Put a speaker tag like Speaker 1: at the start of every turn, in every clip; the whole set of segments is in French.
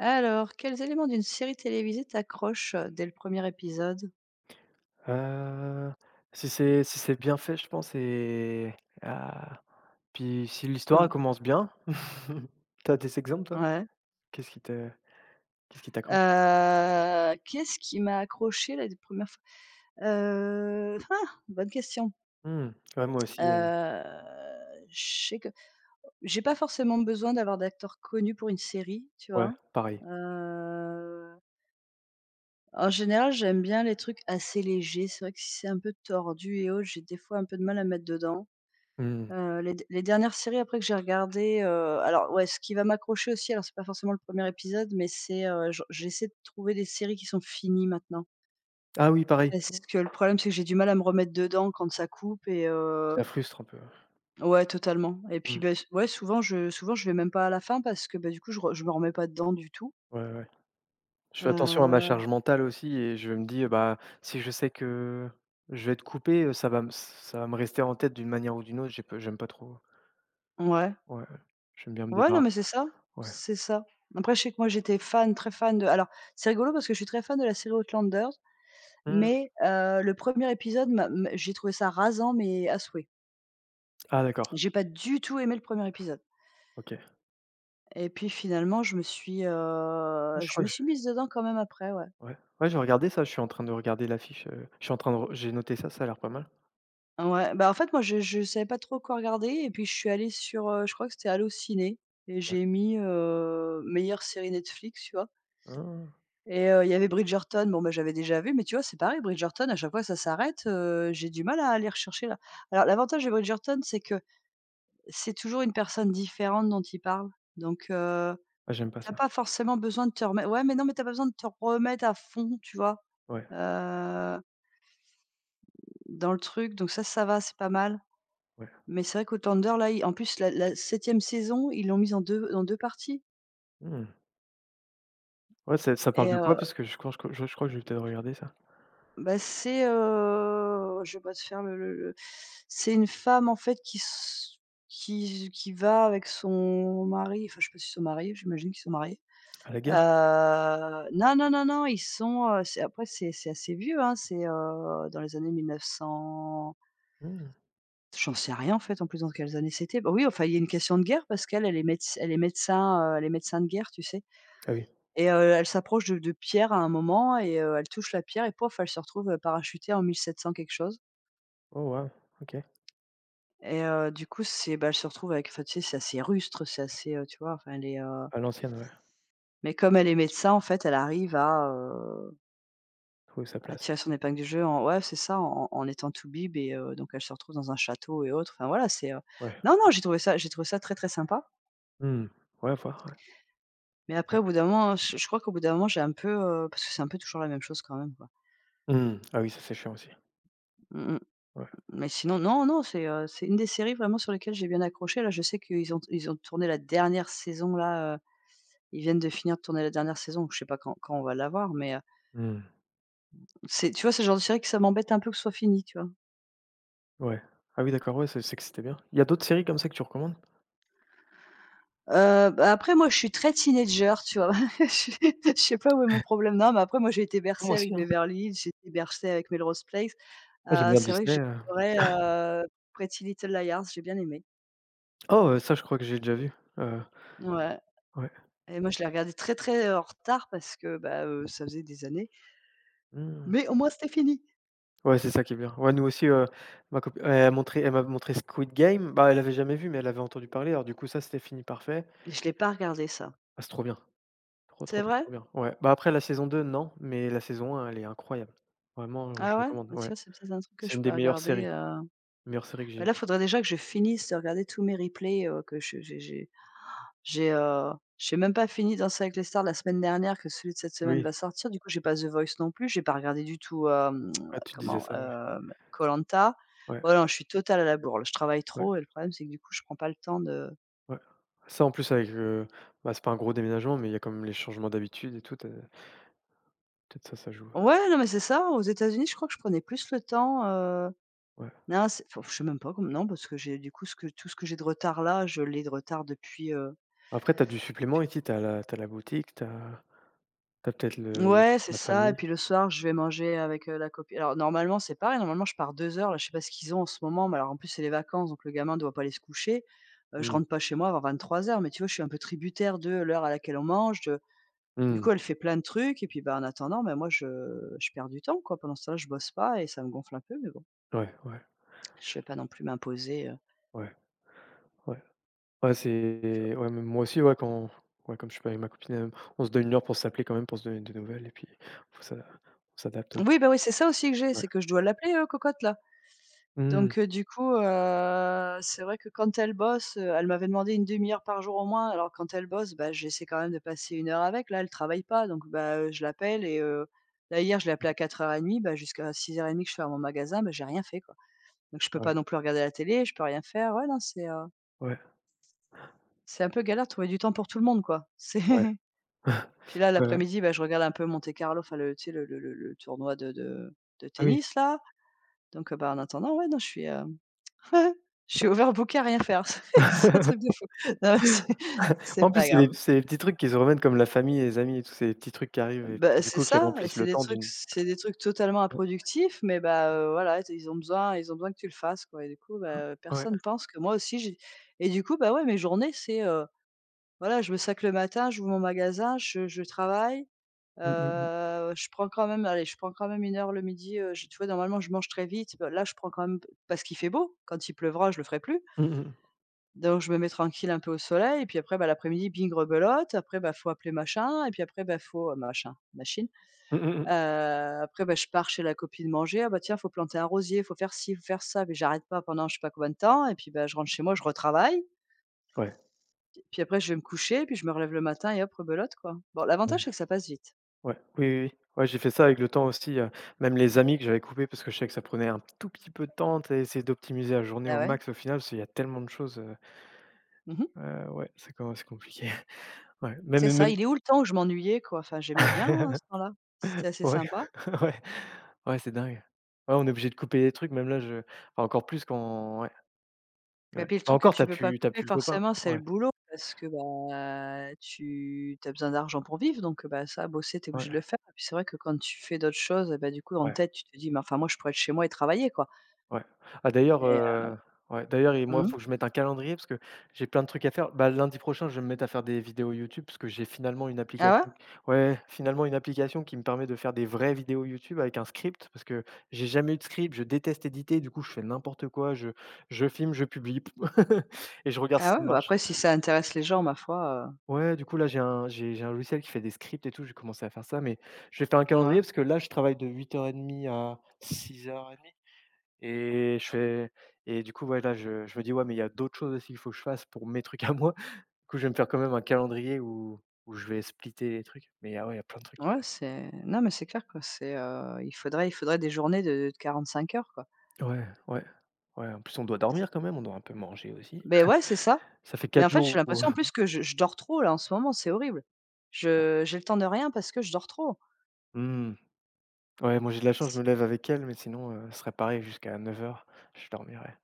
Speaker 1: Alors, quels éléments d'une série télévisée t'accrochent, dès le premier épisode?
Speaker 2: Heu, si c'est bien fait, je pense et ah, puis si l'histoire elle
Speaker 1: Hein,
Speaker 2: commence bien. T'as des exemples toi?
Speaker 1: ouais.
Speaker 2: Qu'est-ce qui te Qu'est-ce qui t'accroche?
Speaker 1: Qu'est-ce qui m'a accroché la première fois? Ah! Bonne question.
Speaker 2: Mmh. Ouais, moi aussi,
Speaker 1: Heu, je sais que j'ai pas forcément besoin d'avoir d'acteurs connus pour une série, tu
Speaker 2: ouais,
Speaker 1: vois?
Speaker 2: pareil.
Speaker 1: Heu, En général, j'aime bien les trucs assez légers. C'est vrai que si c'est un peu tordu et autres, j'ai des fois un peu de mal à mettre dedans.
Speaker 2: Mmh.
Speaker 1: Les dernières séries après que j'ai regardées, alors ouais, ce qui va m'accrocher aussi, alors c'est pas forcément le premier épisode, mais c'est, je j'essaie de trouver des séries qui sont finies maintenant.
Speaker 2: Ah oui, pareil,
Speaker 1: Parce que le problème, c'est que j'ai du mal à me remettre dedans quand ça coupe et
Speaker 2: ça frustre un peu.
Speaker 1: ouais, totalement. Et puis,
Speaker 2: Mmh.
Speaker 1: beh, s ouais, souvent je vais même pas à la fin parce que, bah, du coup, je me remets pas dedans du tout.
Speaker 2: Ouais, ouais. Je fais attention à ma
Speaker 1: Heu,
Speaker 2: charge mentale aussi et je me dis, bah, si je sais que je vais être coupé, ça va me rester en tête d'une manière ou d'une autre, j'aime pas trop.
Speaker 1: ouais.
Speaker 2: Ouais, ouais. J'aime bien me
Speaker 1: Ouais, non, mais
Speaker 2: débarrasser.
Speaker 1: c'est ça,
Speaker 2: Ouais.
Speaker 1: c'est ça. Après, je sais que moi, j'étais fan, très fan de, alors c'est rigolo parce que je suis très fan de la série Outlander.
Speaker 2: Mmh.
Speaker 1: Mais le premier épisode m'a m j'ai trouvé ça rasant, mais à souhait.
Speaker 2: Ah d'accord,
Speaker 1: J'ai pas du tout aimé le premier épisode
Speaker 2: OK.
Speaker 1: et puis finalement je me suis,
Speaker 2: Ah
Speaker 1: heu,
Speaker 2: je
Speaker 1: je
Speaker 2: crois
Speaker 1: me
Speaker 2: que
Speaker 1: suis mise dedans quand même après, ouais.
Speaker 2: ouais, ouais, j'ai regardé ça, je suis en train de regarder l'affiche, je suis en train de re j'ai noté ça, ça a l'air pas mal.
Speaker 1: Ouais, bah, en fait, moi, je savais pas trop quoi regarder et puis je suis allée sur, je crois que c'était Allociné et
Speaker 2: Ouais.
Speaker 1: j'ai mis, meilleure série Netflix, tu vois?
Speaker 2: Ah!
Speaker 1: Et il y avait Bridgerton, bon, bah, j'avais déjà vu, mais tu vois, c'est pareil, Bridgerton, à chaque fois, que ça s'arrête, j'ai du mal à aller rechercher là. Alors l'avantage de Bridgerton, c'est que c'est toujours une personne différente dont il parle, donc
Speaker 2: Ah, j'aime pas
Speaker 1: tu
Speaker 2: ça.
Speaker 1: pas forcément besoin de te remettre. Ouais, mais non, mais t'as pas besoin de te remettre à fond, tu vois?
Speaker 2: Ouais,
Speaker 1: Heu, Dans le truc, donc ça va, c'est pas mal.
Speaker 2: ouais.
Speaker 1: Mais c'est vrai qu'au Thunder là, il en plus, la 7e saison, ils l'ont mise en deux parties
Speaker 2: Mmh. Ouais, c'est ça parle
Speaker 1: et
Speaker 2: de quoi?
Speaker 1: heu,
Speaker 2: Parce que je crois que je vais peut-être regarder ça.
Speaker 1: bah, c'est, je vais pas te faire le c'est une femme, en fait, qui s qui va avec son mari, enfin, je sais pas s'ils sont mariés, j'imagine qu'ils sont mariés.
Speaker 2: À la gare?
Speaker 1: Non, non, non, non, ils sont, c'est après c'est assez vieux, hein, c'est, dans les années 1900.
Speaker 2: Mmh.
Speaker 1: J'en sais rien en fait, en plus dans quelles années c'était. Bah, oui, enfin, il y a une question de guerre parce qu'elle, elle est médecin, elle est médecin de guerre, tu sais?
Speaker 2: Ah oui.
Speaker 1: Et elle s'approche de pierres à un moment et elle touche la pierre et pouf, elle se retrouve, parachutée en 1700 quelque chose
Speaker 2: Oh waouh! OK.
Speaker 1: et du coup, c'est bah, elle se retrouve avec enfin, tu sais, c'est assez rustre, c'est assez, tu vois? Enfin, elle est,
Speaker 2: À l'ancienne, ouais.
Speaker 1: mais comme elle est médecin, en fait, elle arrive à, heu
Speaker 2: Trouver sa
Speaker 1: Elle
Speaker 2: place.
Speaker 1: tire son épingle du jeu en ouais, c'est ça, en étant tout bib et donc elle se retrouve dans un château et autres. Enfin voilà, c'est,
Speaker 2: Ouais.
Speaker 1: non, non, j'ai trouvé ça très, très sympa.
Speaker 2: Mmh. Ouais, voir, ouais.
Speaker 1: Mais après
Speaker 2: Ouais.
Speaker 1: au bout d'un moment, je crois qu'au bout d'un moment, j'ai un peu, parce que c'est un peu toujours la même chose quand même, quoi.
Speaker 2: Mmh. Ah oui, ça c'est chiant aussi.
Speaker 1: Mmh mh.
Speaker 2: Ouais.
Speaker 1: Mais sinon, non, non, c'est une des séries vraiment sur lesquelles j'ai bien accroché. Là, je sais qu'ils ont tourné la dernière saison là, ils viennent de finir de tourner la dernière saison, donc je sais pas quand on va la voir, mais,
Speaker 2: Mmh.
Speaker 1: c'est tu vois, c'est le genre de série que ça m'embête un peu que ce soit fini, tu vois?
Speaker 2: Ouais. Ah oui, d'accord, ouais, c'est que c'était bien. Il y a d'autres séries comme ça que tu recommandes?
Speaker 1: Bah, après moi je suis très teenager, tu vois? Je suis je sais pas où est mon problème. Non, mais après moi j'ai été bercée
Speaker 2: Moi
Speaker 1: avec
Speaker 2: aussi, hein.
Speaker 1: Beverly Hills, j'ai été bercée avec Melrose Place.
Speaker 2: Moi j'aime bien
Speaker 1: C'est vrai que
Speaker 2: Disney,
Speaker 1: j'ai adoré, Pretty Little Liars, j'ai bien aimé.
Speaker 2: Oh, ça je crois que j'ai déjà vu, heu,
Speaker 1: Ouais
Speaker 2: ouais.
Speaker 1: et moi je l'ai regardé très, très, en retard parce que, bah, ça faisait des années,
Speaker 2: Mmh.
Speaker 1: mais au moins c'était fini
Speaker 2: Ouais, c'est ça qui est bien. Ouais, nous aussi, ma copi elle m'a montré Squid Game. Bah, elle avait jamais vu, mais elle avait entendu parler. Alors du coup, ça, c'était fini parfait.
Speaker 1: et je l'ai pas regardé ça.
Speaker 2: Ah, c'est trop bien. Trop,
Speaker 1: C'est
Speaker 2: trop, trop,
Speaker 1: vrai?
Speaker 2: trop bien. Ouais. Bah, après la saison 2 non, mais la saison 1, elle est incroyable. Vraiment, je
Speaker 1: Ah ouais?
Speaker 2: recommande,
Speaker 1: Bah, tu
Speaker 2: ouais.
Speaker 1: vois c'est peut-être un truc que
Speaker 2: C'est
Speaker 1: je
Speaker 2: une des
Speaker 1: pourrais regarder,
Speaker 2: meilleures séries que j'ai
Speaker 1: bah, là
Speaker 2: vues.
Speaker 1: faudrait déjà que je finisse de regarder tous mes replays, que je J'ai, heu, j'ai même pas fini Danser avec les stars la semaine dernière que celui de cette semaine
Speaker 2: Oui,
Speaker 1: va sortir. Du coup, j'ai pas The Voice non plus, j'ai pas regardé du tout,
Speaker 2: ouais, tu disais
Speaker 1: comment,
Speaker 2: ça, ouais.
Speaker 1: Colanta
Speaker 2: Ouais,
Speaker 1: voilà je suis totale à la bourre. Je travaille
Speaker 2: ouais,
Speaker 1: trop et le problème, c'est que du coup, je prends pas le temps de
Speaker 2: ouais. Ça, en plus, avec le bah, c'est pas un gros déménagement, mais il y a quand même les changements d'habitudes et tout, peut-être ça, ça joue,
Speaker 1: Ouais, non, mais c'est ça. Aux États-Unis, je crois que je prenais plus le temps,
Speaker 2: ouais.
Speaker 1: non, c'est enfin, je sais même pas comme non, parce que j'ai du coup, ce que tout ce que j'ai de retard là, je l'ai de retard depuis, heu,
Speaker 2: Après, t'as du supplément
Speaker 1: depuis
Speaker 2: ici, t'as la boutique, t'as as peut-être le
Speaker 1: Ouais, c'est
Speaker 2: la
Speaker 1: ça et
Speaker 2: famille.
Speaker 1: puis le soir, je vais manger avec, la copine alors normalement, c'est pareil, normalement je pars 2 heures là, je sais pas ce qu'ils ont en ce moment, mais alors en plus c'est les vacances donc le gamin ne doit pas aller se coucher. Je
Speaker 2: Mmh.
Speaker 1: rentre pas chez moi avant 23 heures. Mais tu vois, je suis un peu tributaire de l'heure à laquelle on mange, de du
Speaker 2: Mmh.
Speaker 1: coup elle fait plein de trucs et puis, bah, en attendant, bah, moi je perds du temps quoi. Pendant ce temps-là, je bosse pas et ça me gonfle un peu mais bon,
Speaker 2: Ouais, ouais,
Speaker 1: je vais pas non plus m'imposer,
Speaker 2: ouais, ouais. Ouais,
Speaker 1: tu vois?
Speaker 2: c'est ouais, même moi aussi, ouais, quand ouais, comme je suis pas avec ma copine, on se donne une heure pour s'appeler quand même, pour se donner des nouvelles et puis faut s'a on s'adapte
Speaker 1: Oui,
Speaker 2: aussi.
Speaker 1: bah, oui, c'est ça aussi que j'ai,
Speaker 2: Ouais.
Speaker 1: c'est que je dois l'appeler, cocotte là.
Speaker 2: Mmh.
Speaker 1: Donc du coup, c'est vrai que quand elle bosse, elle m'avait demandé une demi heure par jour au moins. Alors quand elle bosse, bah, j'essaie quand même de passer une heure avec. Là, elle travaille pas, donc bah, je l'appelle et là hier, je l'ai appelée à 04:30, bah, jusqu'à 06:30 que je ferme mon magasin, bah, j'ai rien fait, quoi. Donc je peux
Speaker 2: Ouais,
Speaker 1: pas non plus regarder la télé, je peux rien faire. Ouais, non, c'est, heu,
Speaker 2: ouais,
Speaker 1: c'est un peu galère de trouver du temps pour tout le monde, quoi. C'est
Speaker 2: ouais,
Speaker 1: puis là,
Speaker 2: ouais, ouais.
Speaker 1: l'après-midi, bah, je regarde un peu Monte Carlo, enfin le tu sais, le tournoi de
Speaker 2: Ah oui.
Speaker 1: tennis là. Donc bah, en attendant, ouais, non, je suis, Ouais, je suis overbookée à rien faire. C'est un truc de fou. Non, mais c'est
Speaker 2: En plus,
Speaker 1: pas grave.
Speaker 2: c'est les petits trucs qui se remettent comme la famille et les amis et tous ces petits trucs qui arrivent et
Speaker 1: Bah,
Speaker 2: puis du
Speaker 1: c'est
Speaker 2: coup qui
Speaker 1: ça et
Speaker 2: remplissent
Speaker 1: c'est
Speaker 2: le
Speaker 1: des
Speaker 2: temps
Speaker 1: trucs
Speaker 2: d'une
Speaker 1: c'est des trucs totalement improductifs, mais bah, voilà, tu ils ont besoin que tu le fasses, quoi et du coup, bah,
Speaker 2: ouais.
Speaker 1: personne pense que moi aussi j'ai et du coup, bah, ouais, mes journées, voilà, je me sac le matin, j'ouvre mon magasin, je travaille,
Speaker 2: Mmh, mmh mh.
Speaker 1: je prends quand même, allez, je prends quand même une heure le midi, je tu vois, normalement, je mange très vite. Bah, là, je prends quand même parce qu'il fait beau, quand il pleuvra, je le ferai plus.
Speaker 2: Mmh mh mh.
Speaker 1: Donc je me mets tranquille un peu au soleil et puis après, bah, l'après-midi, bing, rebelote. Après, bah, faut appeler machin et puis après, bah, faut, machin, machine.
Speaker 2: Mmh mh
Speaker 1: Heu,
Speaker 2: mh.
Speaker 1: Après, bah, je pars chez la copine manger. Ah bah, tiens, faut planter un rosier, faut faire ci, faut faire ça, mais j'arrête pas pendant je sais pas combien de temps et puis, bah, je rentre chez moi, je retravaille.
Speaker 2: Ouais.
Speaker 1: Puis après, je vais me coucher, puis je me relève le matin et hop, rebelote, quoi. Bon,
Speaker 2: Ouais.
Speaker 1: l'avantage, c'est que ça passe vite.
Speaker 2: Ouais, oui, oui, oui. Ouais, j'ai fait ça avec le temps aussi, même les amis que j'avais coupés parce que je sais que ça prenait un tout petit peu de temps, tu sais, essayer d'optimiser la journée
Speaker 1: Bah,
Speaker 2: au
Speaker 1: ouais.
Speaker 2: max au final, parce qu'il y a tellement de choses,
Speaker 1: Mmh.
Speaker 2: ouais, c'est quand même c'est compliqué. Ouais, même
Speaker 1: C'est ça,
Speaker 2: même
Speaker 1: il est où le temps où je m'ennuyais, quoi? Enfin, j'aimais bien, hein, ce temps-là. C'était assez
Speaker 2: ouais,
Speaker 1: sympa.
Speaker 2: ouais, ouais, c'est dingue. Ouais, on est obligé de couper des trucs, même là, je enfin encore plus quand ouais, ouais.
Speaker 1: Mais
Speaker 2: Bah,
Speaker 1: puis le truc que
Speaker 2: encore,
Speaker 1: tu peux pas
Speaker 2: t'as
Speaker 1: couper
Speaker 2: pu le copain.
Speaker 1: forcément, c'est le
Speaker 2: Ouais,
Speaker 1: boulot parce que, bah, tu as besoin d'argent pour vivre donc, bah, ça, bosser, tu es obligé de
Speaker 2: ouais,
Speaker 1: le faire et puis c'est vrai que quand tu fais d'autres choses et bah, du coup en
Speaker 2: ouais.
Speaker 1: tête, tu te dis: «Mais enfin moi je pourrais être chez moi et travailler quoi»
Speaker 2: Ouais. Ah d'ailleurs,
Speaker 1: et
Speaker 2: ouais, d'ailleurs et moi,
Speaker 1: mmh.
Speaker 2: faut que je mette un calendrier parce que j'ai plein de trucs à faire. Bah, lundi prochain, je vais me mettre à faire des vidéos YouTube parce que j'ai finalement une
Speaker 1: Ah ouais?
Speaker 2: application ouais, finalement une application qui me permet de faire des vraies vidéos YouTube avec un script parce que j'ai jamais eu de script, je déteste éditer, du coup, je fais n'importe quoi, je filme, je publie et je regarde si
Speaker 1: Ah
Speaker 2: ça
Speaker 1: ouais? Bah,
Speaker 2: marche.
Speaker 1: après si ça intéresse les gens ma foi,
Speaker 2: Ouais, du coup, là, j'ai un logiciel qui fait des scripts et tout, j'ai commencé à faire ça, mais je vais faire un
Speaker 1: ouais,
Speaker 2: calendrier parce que là, je travaille de huit heures et demie à six heures et demie. Et je fais et du coup, ouais, là, je me dis: «Ouais, mais il y a d'autres choses aussi qu'il faut que je fasse pour mes trucs à moi». Du coup, je vais me faire quand même un calendrier où je vais splitter les trucs. Mais ah ouais, il y a plein de trucs,
Speaker 1: ouais c'est non mais c'est clair quoi, c'est, il faudrait des journées de 5 heures quoi.
Speaker 2: ouais, ouais, ouais, en plus, on doit dormir quand même, on doit un peu manger aussi.
Speaker 1: Mais ouais, c'est ça.
Speaker 2: Ça fait
Speaker 1: Mais
Speaker 2: quatre
Speaker 1: en fait, j'ai
Speaker 2: jours où
Speaker 1: l'impression en plus que je dors trop là en ce moment, c'est horrible. Je j'ai le temps de rien parce que je dors trop.
Speaker 2: mmh, ouais, moi, j'ai de la chance, je me lève avec elle, mais sinon, ce serait pareil jusqu'à neuf heures je dormirais.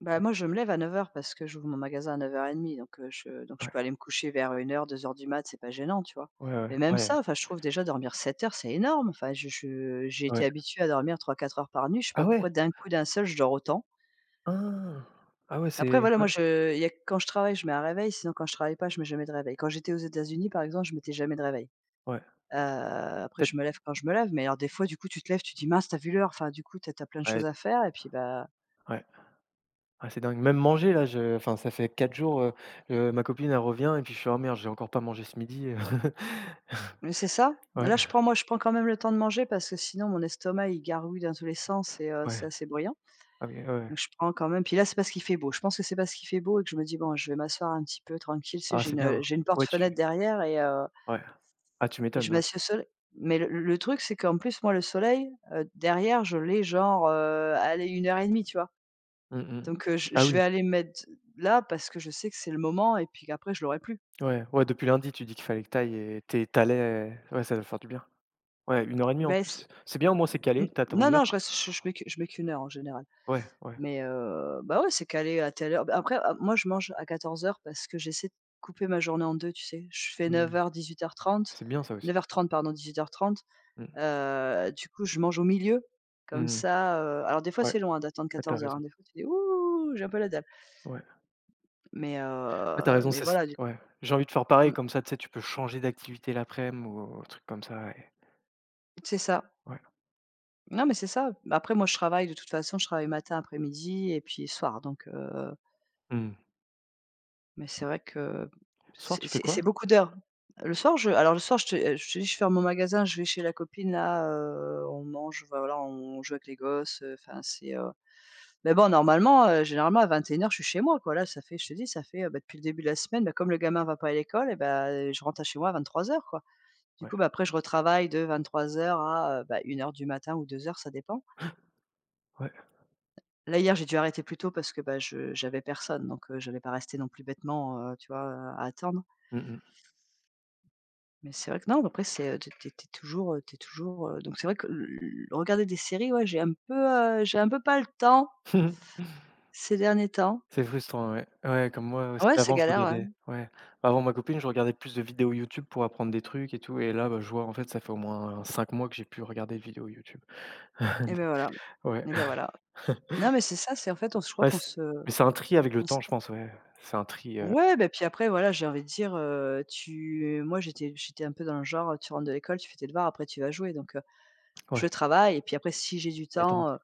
Speaker 1: Bah, moi, je me lève à 9:00 parce que j'ouvre mon magasin à 9:30 donc je donc je peux
Speaker 2: Ouais,
Speaker 1: aller me coucher vers, 1:00, 2:00 du mat', c'est pas gênant, tu vois?
Speaker 2: ouais, ouais,
Speaker 1: Mais même
Speaker 2: ouais,
Speaker 1: ça, enfin, je trouve déjà dormir 7 heures, c'est énorme. Enfin, je j'ai été
Speaker 2: ouais.
Speaker 1: habituée à dormir trois quatre heures par nuit. Je sais pas
Speaker 2: Ah ouais?
Speaker 1: pourquoi d'un coup, d'un seul, je dors autant.
Speaker 2: Ah ah ouais,
Speaker 1: Après
Speaker 2: c'est
Speaker 1: voilà, moi,
Speaker 2: ouais,
Speaker 1: je il y a que quand je travaille, je mets un réveil, sinon quand je travaille pas, je mets jamais de réveil. Quand j'étais aux États-Unis, par exemple, je mettais jamais de réveil.
Speaker 2: ouais,
Speaker 1: Après
Speaker 2: peut-être
Speaker 1: je me lève quand je me lève, mais alors des fois, du coup, tu te lèves, tu dis: «Mince, t'as vu l'heure?» Enfin, du coup, t'as as plein de choses
Speaker 2: ouais,
Speaker 1: à faire et puis,
Speaker 2: ouais. Ah c'est dingue, même manger là, je enfin ça fait 4 jours, ma copine elle revient et puis je suis en merde, j'ai encore pas mangé ce midi.
Speaker 1: mais c'est ça.
Speaker 2: Ouais,
Speaker 1: Là, je prends moi, je prends quand même le temps de manger parce que sinon mon estomac, il gargouille dans tous les sens et
Speaker 2: ouais.
Speaker 1: c'est assez bruyant.
Speaker 2: Ah oui, ouais, ouais.
Speaker 1: Donc je prends quand même, puis là, c'est parce qu'il fait beau. Je pense que c'est parce qu'il fait beau et que je me dis: «Bon, je vais m'asseoir un petit peu tranquille». Tu sais,
Speaker 2: Ah c'est bien.
Speaker 1: j'ai une
Speaker 2: Ouais
Speaker 1: porte-fenêtre
Speaker 2: tu
Speaker 1: derrière
Speaker 2: ouais. Ah tu
Speaker 1: et je
Speaker 2: m'étonnes, ouais.
Speaker 1: m'assieds au soleil. Mais le truc, c'est qu'en plus, moi, le soleil, derrière, je l'ai genre, allez 1 heure et demie, tu vois?
Speaker 2: Mmh mh.
Speaker 1: Donc heu, je
Speaker 2: Ah
Speaker 1: je vais
Speaker 2: oui.
Speaker 1: aller me mettre là parce que je sais que c'est le moment et puis qu'après je l'aurai plus.
Speaker 2: Ouais, ouais depuis lundi tu dis qu'il fallait que tu ailles et tu es ouais ça doit faire du bien. Ouais une heure et demie en
Speaker 1: Ben c
Speaker 2: plus. C'est bien au moins c'est
Speaker 1: n
Speaker 2: calé, t'as
Speaker 1: Non,
Speaker 2: ton heure.
Speaker 1: non, je reste je mets que je mets qu'une heure en général.
Speaker 2: Ouais, ouais.
Speaker 1: Mais bah, ouais, c'est calé à telle heure. Bah, après, moi, je mange à 14 heures parce que j'essaie de couper ma journée en deux, tu sais? Je fais neuf
Speaker 2: Mmh.
Speaker 1: heures dix trente,
Speaker 2: C'est bien ça aussi.
Speaker 1: 9h30 pardon, 18:30.
Speaker 2: Mmh.
Speaker 1: Du coup, je mange au milieu,
Speaker 2: Mmh
Speaker 1: comme
Speaker 2: mmh.
Speaker 1: ça. Alors des fois,
Speaker 2: Ouais.
Speaker 1: c'est long, hein, d'attendre
Speaker 2: Ah tu
Speaker 1: 14:00, hein.
Speaker 2: raison.
Speaker 1: Des fois, tu dis: «Ouh, j'ai un peu la dalle».
Speaker 2: Ouais.
Speaker 1: Mais
Speaker 2: Ah tu raison, c'est
Speaker 1: voilà, du
Speaker 2: ouais. J'ai envie de faire pareil
Speaker 1: mmh,
Speaker 2: comme ça, tu sais, tu peux changer d'activité laprès midi ou un truc comme ça
Speaker 1: c'est ça.
Speaker 2: ouais.
Speaker 1: Non, mais c'est ça. Bah, après, moi, je travaille de toute façon, je travaille matin, après-midi et puis soir, donc
Speaker 2: Mmh.
Speaker 1: Mais c'est vrai que
Speaker 2: Soir,
Speaker 1: c'est
Speaker 2: tu fais
Speaker 1: c'est
Speaker 2: quoi?
Speaker 1: c'est beaucoup d'heures. Le soir, je alors le soir, je te dis, je ferme mon magasin, je vais chez la copine là, on mange, voilà, on joue avec les gosses, enfin c'est, mais bon normalement, généralement à 21 heures, je suis chez moi quoi. Là, ça fait je te dis, bah, depuis le début de la semaine, bah, comme le gamin va pas à l'école, et ben je rentre à chez moi à 23 heures quoi. Du
Speaker 2: Ouais,
Speaker 1: coup, bah, après je retravaille de 23 heures à, bah, 1:00 du matin ou 2 heures, ça dépend.
Speaker 2: ouais.
Speaker 1: Là, hier, j'ai dû arrêter plus tôt parce que, bah, je j'avais personne donc, j'allais pas rester non plus bêtement, tu vois, à attendre.
Speaker 2: Mmh mh.
Speaker 1: Mais c'est vrai que non, après c'est, tu toujours, donc c'est vrai que le regarder des séries, ouais, j'ai un peu pas le temps ces derniers temps.
Speaker 2: C'est frustrant, ouais. Ouais, comme moi aussi,
Speaker 1: Ouais, c'est
Speaker 2: avant, je
Speaker 1: galère, ouais.
Speaker 2: regardais ouais. Avant ma copine, je regardais plus de vidéos YouTube pour apprendre des trucs et tout et là, bah, je vois, en fait, ça fait au moins 5 mois que j'ai plus regardé de vidéos YouTube.
Speaker 1: et ben voilà
Speaker 2: Ouais.
Speaker 1: et ben voilà. Non, mais c'est ça, c'est en fait, on se, je crois
Speaker 2: Ouais,
Speaker 1: qu'on
Speaker 2: c
Speaker 1: se
Speaker 2: mais c'est un tri avec le
Speaker 1: on se
Speaker 2: temps, je pense, ouais. C'est un tri,
Speaker 1: ouais, ben puis après voilà, j'ai envie de dire, tu moi, j'étais un peu dans le genre, tu rentres de l'école, tu fais tes devoirs, après tu vas jouer, donc
Speaker 2: ouais,
Speaker 1: je travaille et puis après, si j'ai du temps,
Speaker 2: détente.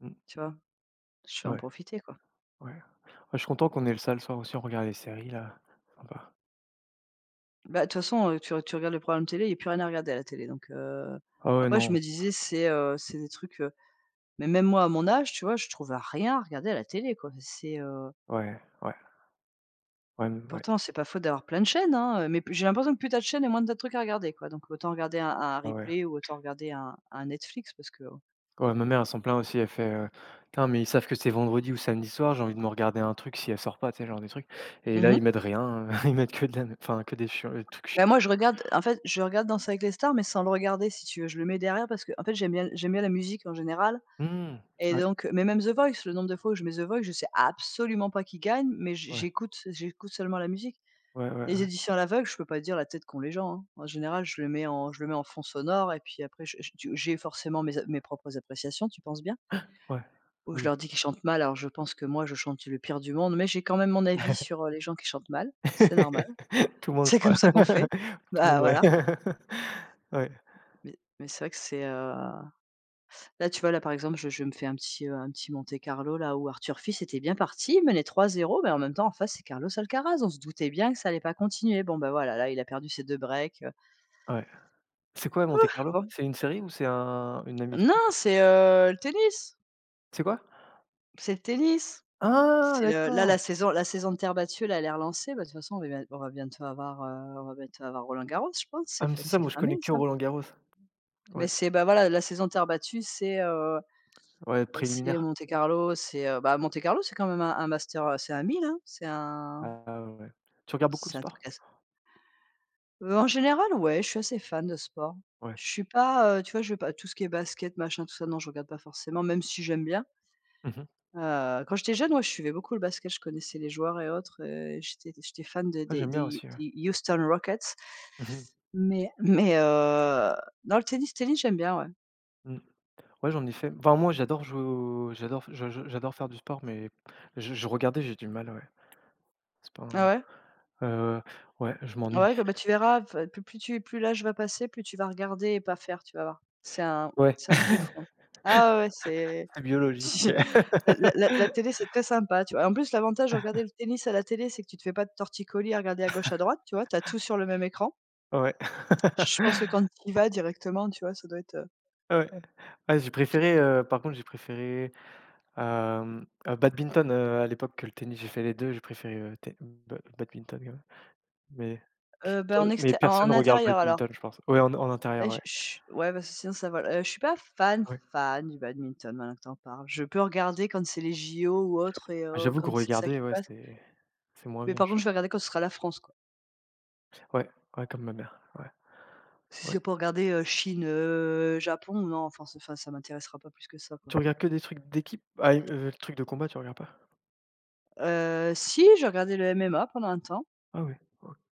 Speaker 2: Mmh.
Speaker 1: tu vois? Je vais en
Speaker 2: Ouais,
Speaker 1: profiter, quoi.
Speaker 2: ouais. Ouais, je suis content qu'on ait le ça le soir aussi, on regarde les séries là, sympa.
Speaker 1: Bah, de toute façon, tu regardes le programme télé, il y a plus rien à regarder à la télé, donc
Speaker 2: Ah ouais,
Speaker 1: après
Speaker 2: non,
Speaker 1: je me
Speaker 2: ouais,
Speaker 1: disais: c'est des trucs,» mais même moi à mon âge, tu vois, je trouve à rien à regarder à la télé quoi.
Speaker 2: ouais, ouais, mmh, ouais,
Speaker 1: Pourtant c'est pas faute d'avoir plein de chaînes, hein, mais j'ai l'impression que plus t'as de chaînes et moins t'as de trucs à regarder quoi, donc autant regarder un
Speaker 2: ouais, ouais.
Speaker 1: replay ou autant regarder un Netflix parce que
Speaker 2: Ouais, ma mère, elle s'en plaint aussi, elle fait, «Putain, mais ils savent que c'est vendredi ou samedi soir, j'ai envie de me regarder un truc si elle sort pas», tu sais, genre des trucs et là, ils
Speaker 1: mmh
Speaker 2: mettent rien, ils mettent que de la enfin, que des chiants des trucs
Speaker 1: Bah, moi
Speaker 2: chiants.
Speaker 1: je regarde, en fait, je regarde Danser avec les stars mais sans le regarder si tu veux. Je le mets derrière parce que, en fait, j'aime bien la musique en général.
Speaker 2: Mmh.
Speaker 1: Et
Speaker 2: Ouais,
Speaker 1: donc mais même The Voice, le nombre de fois où je mets The Voice, je sais absolument pas qui gagne, mais j
Speaker 2: ouais,
Speaker 1: j'écoute j'écoute seulement la musique.
Speaker 2: ouais, ouais,
Speaker 1: Les
Speaker 2: ouais,
Speaker 1: éditions à l'aveugle, je peux pas dire la tête qu'ont les gens, hein. En général, je le mets en fond sonore et puis après je tu j'ai forcément mes propres appréciations, tu penses bien?
Speaker 2: ouais,
Speaker 1: Ou je
Speaker 2: oui.
Speaker 1: leur dis qu'ils chantent mal, alors je pense que moi je chante le pire du monde, mais j'ai quand même mon avis sur, les gens qui chantent mal, c'est normal.
Speaker 2: Tout le monde, je
Speaker 1: C'est
Speaker 2: crois.
Speaker 1: comme ça qu'on fait.
Speaker 2: Tout le
Speaker 1: Bah,
Speaker 2: monde, ouais.
Speaker 1: voilà,
Speaker 2: Ouais,
Speaker 1: mais c'est vrai que c'est, Là, tu vois, là, par exemple, je me fais un petit, Monte Carlo, là, où Arthur Fils était bien parti, il menait 3-0, mais en même temps, en face, c'est Carlos Alcaraz. On se doutait bien que ça allait pas continuer. Bon, bah, voilà, là, il a perdu ses deux breaks,
Speaker 2: ouais. C'est quoi Monte Carlo?
Speaker 1: Bon
Speaker 2: C'est une série ou c'est un une émission?
Speaker 1: non, c'est, le tennis,
Speaker 2: C'est quoi?
Speaker 1: c'est le tennis.
Speaker 2: Ah
Speaker 1: C'est le Là,
Speaker 2: d'accord!
Speaker 1: la saison de terre battue, là, elle est relancée. Bah, de toute façon, on va bientôt avoir, Roland Garros, je pense.
Speaker 2: Ah mais c'est ça,
Speaker 1: C'est
Speaker 2: moi je
Speaker 1: fin mai,
Speaker 2: connais que
Speaker 1: ça?
Speaker 2: Roland Garros.
Speaker 1: Mais
Speaker 2: Ouais,
Speaker 1: c'est, bah, voilà, la saison de terre battue,
Speaker 2: ouais,
Speaker 1: c'est
Speaker 2: préliminaire.
Speaker 1: Monte Carlo, Monte Carlo, c'est quand même un master, c'est un 1000, hein? C'est un
Speaker 2: Ah ouais. Tu regardes beaucoup le
Speaker 1: Ça te
Speaker 2: sport?
Speaker 1: casse, en général, ouais, je suis assez fan de sport.
Speaker 2: Ouais.
Speaker 1: Je suis pas, tu vois, je vais pas, tout ce qui est basket, machin, tout ça, non, je regarde pas forcément, même si j'aime bien.
Speaker 2: Mmh.
Speaker 1: Quand j'étais jeune, ouais, je suivais beaucoup le basket, je connaissais les joueurs et autres, j'étais fan des
Speaker 2: Ouais,
Speaker 1: des
Speaker 2: j'aime bien
Speaker 1: des
Speaker 2: aussi, ouais.
Speaker 1: des Houston Rockets.
Speaker 2: Mmh mh.
Speaker 1: Mais mais heu, non, le tennis, j'aime bien, ouais.
Speaker 2: Mmh. Ouais, j'en ai fait. Enfin, moi, j'adore faire du sport, mais je regardais, j'ai du mal, ouais. C'est pas
Speaker 1: Ah
Speaker 2: un
Speaker 1: ouais.
Speaker 2: heu, ouais, je m'ennuie.
Speaker 1: Ouais, que bah, tu verras, enfin, plus l'âge va passer, plus tu vas regarder et pas faire, tu vas voir.
Speaker 2: Ouais,
Speaker 1: C'est un truc de fou, hein. Ah ouais, ouais, c'est
Speaker 2: c'est biologique.
Speaker 1: la télé, c'est très sympa, tu vois? En plus, l'avantage de regarder le tennis à la télé, c'est que tu te fais pas de torticolis à regarder à gauche, à droite, tu vois? Tu as tout sur le même écran.
Speaker 2: Ouais.
Speaker 1: Je pense que quand tu y vas directement, tu vois, ça doit être,
Speaker 2: Ouais. Ah, j'ai préféré, par contre, j'ai préféré, badminton, à l'époque que le tennis. J'ai fait les 2 j'ai préféré, té ba badminton, quand même. Mais
Speaker 1: Bah,
Speaker 2: toi
Speaker 1: en
Speaker 2: mais
Speaker 1: exté en
Speaker 2: personne
Speaker 1: en
Speaker 2: regarde
Speaker 1: intérieur alors.
Speaker 2: badminton, je pense. Ouais, en en
Speaker 1: Bah,
Speaker 2: intérieur, ouais.
Speaker 1: je ouais, parce que sinon ça va. Je suis pas fan,
Speaker 2: Ouais.
Speaker 1: fan du badminton maintenant que t'en parles. Je peux regarder quand c'est les JO ou autre et
Speaker 2: J'avoue que
Speaker 1: quand c'est ça
Speaker 2: regarder,
Speaker 1: qui
Speaker 2: ouais,
Speaker 1: passe.
Speaker 2: c'est moins
Speaker 1: Mais
Speaker 2: bien.
Speaker 1: par contre, je vais regarder quand ce sera la France, quoi.
Speaker 2: Ouais, ouais, comme ma mère, ouais,
Speaker 1: Si
Speaker 2: ouais.
Speaker 1: c'est pour regarder, Chine, Japon, non, enfin, c'est enfin, ça m'intéressera pas plus que ça, quoi.
Speaker 2: Tu regardes que des trucs d'équipe? Ah, le truc de combat, tu regardes pas?
Speaker 1: Si, j'ai regardé le MMA pendant un temps.
Speaker 2: Ah oui.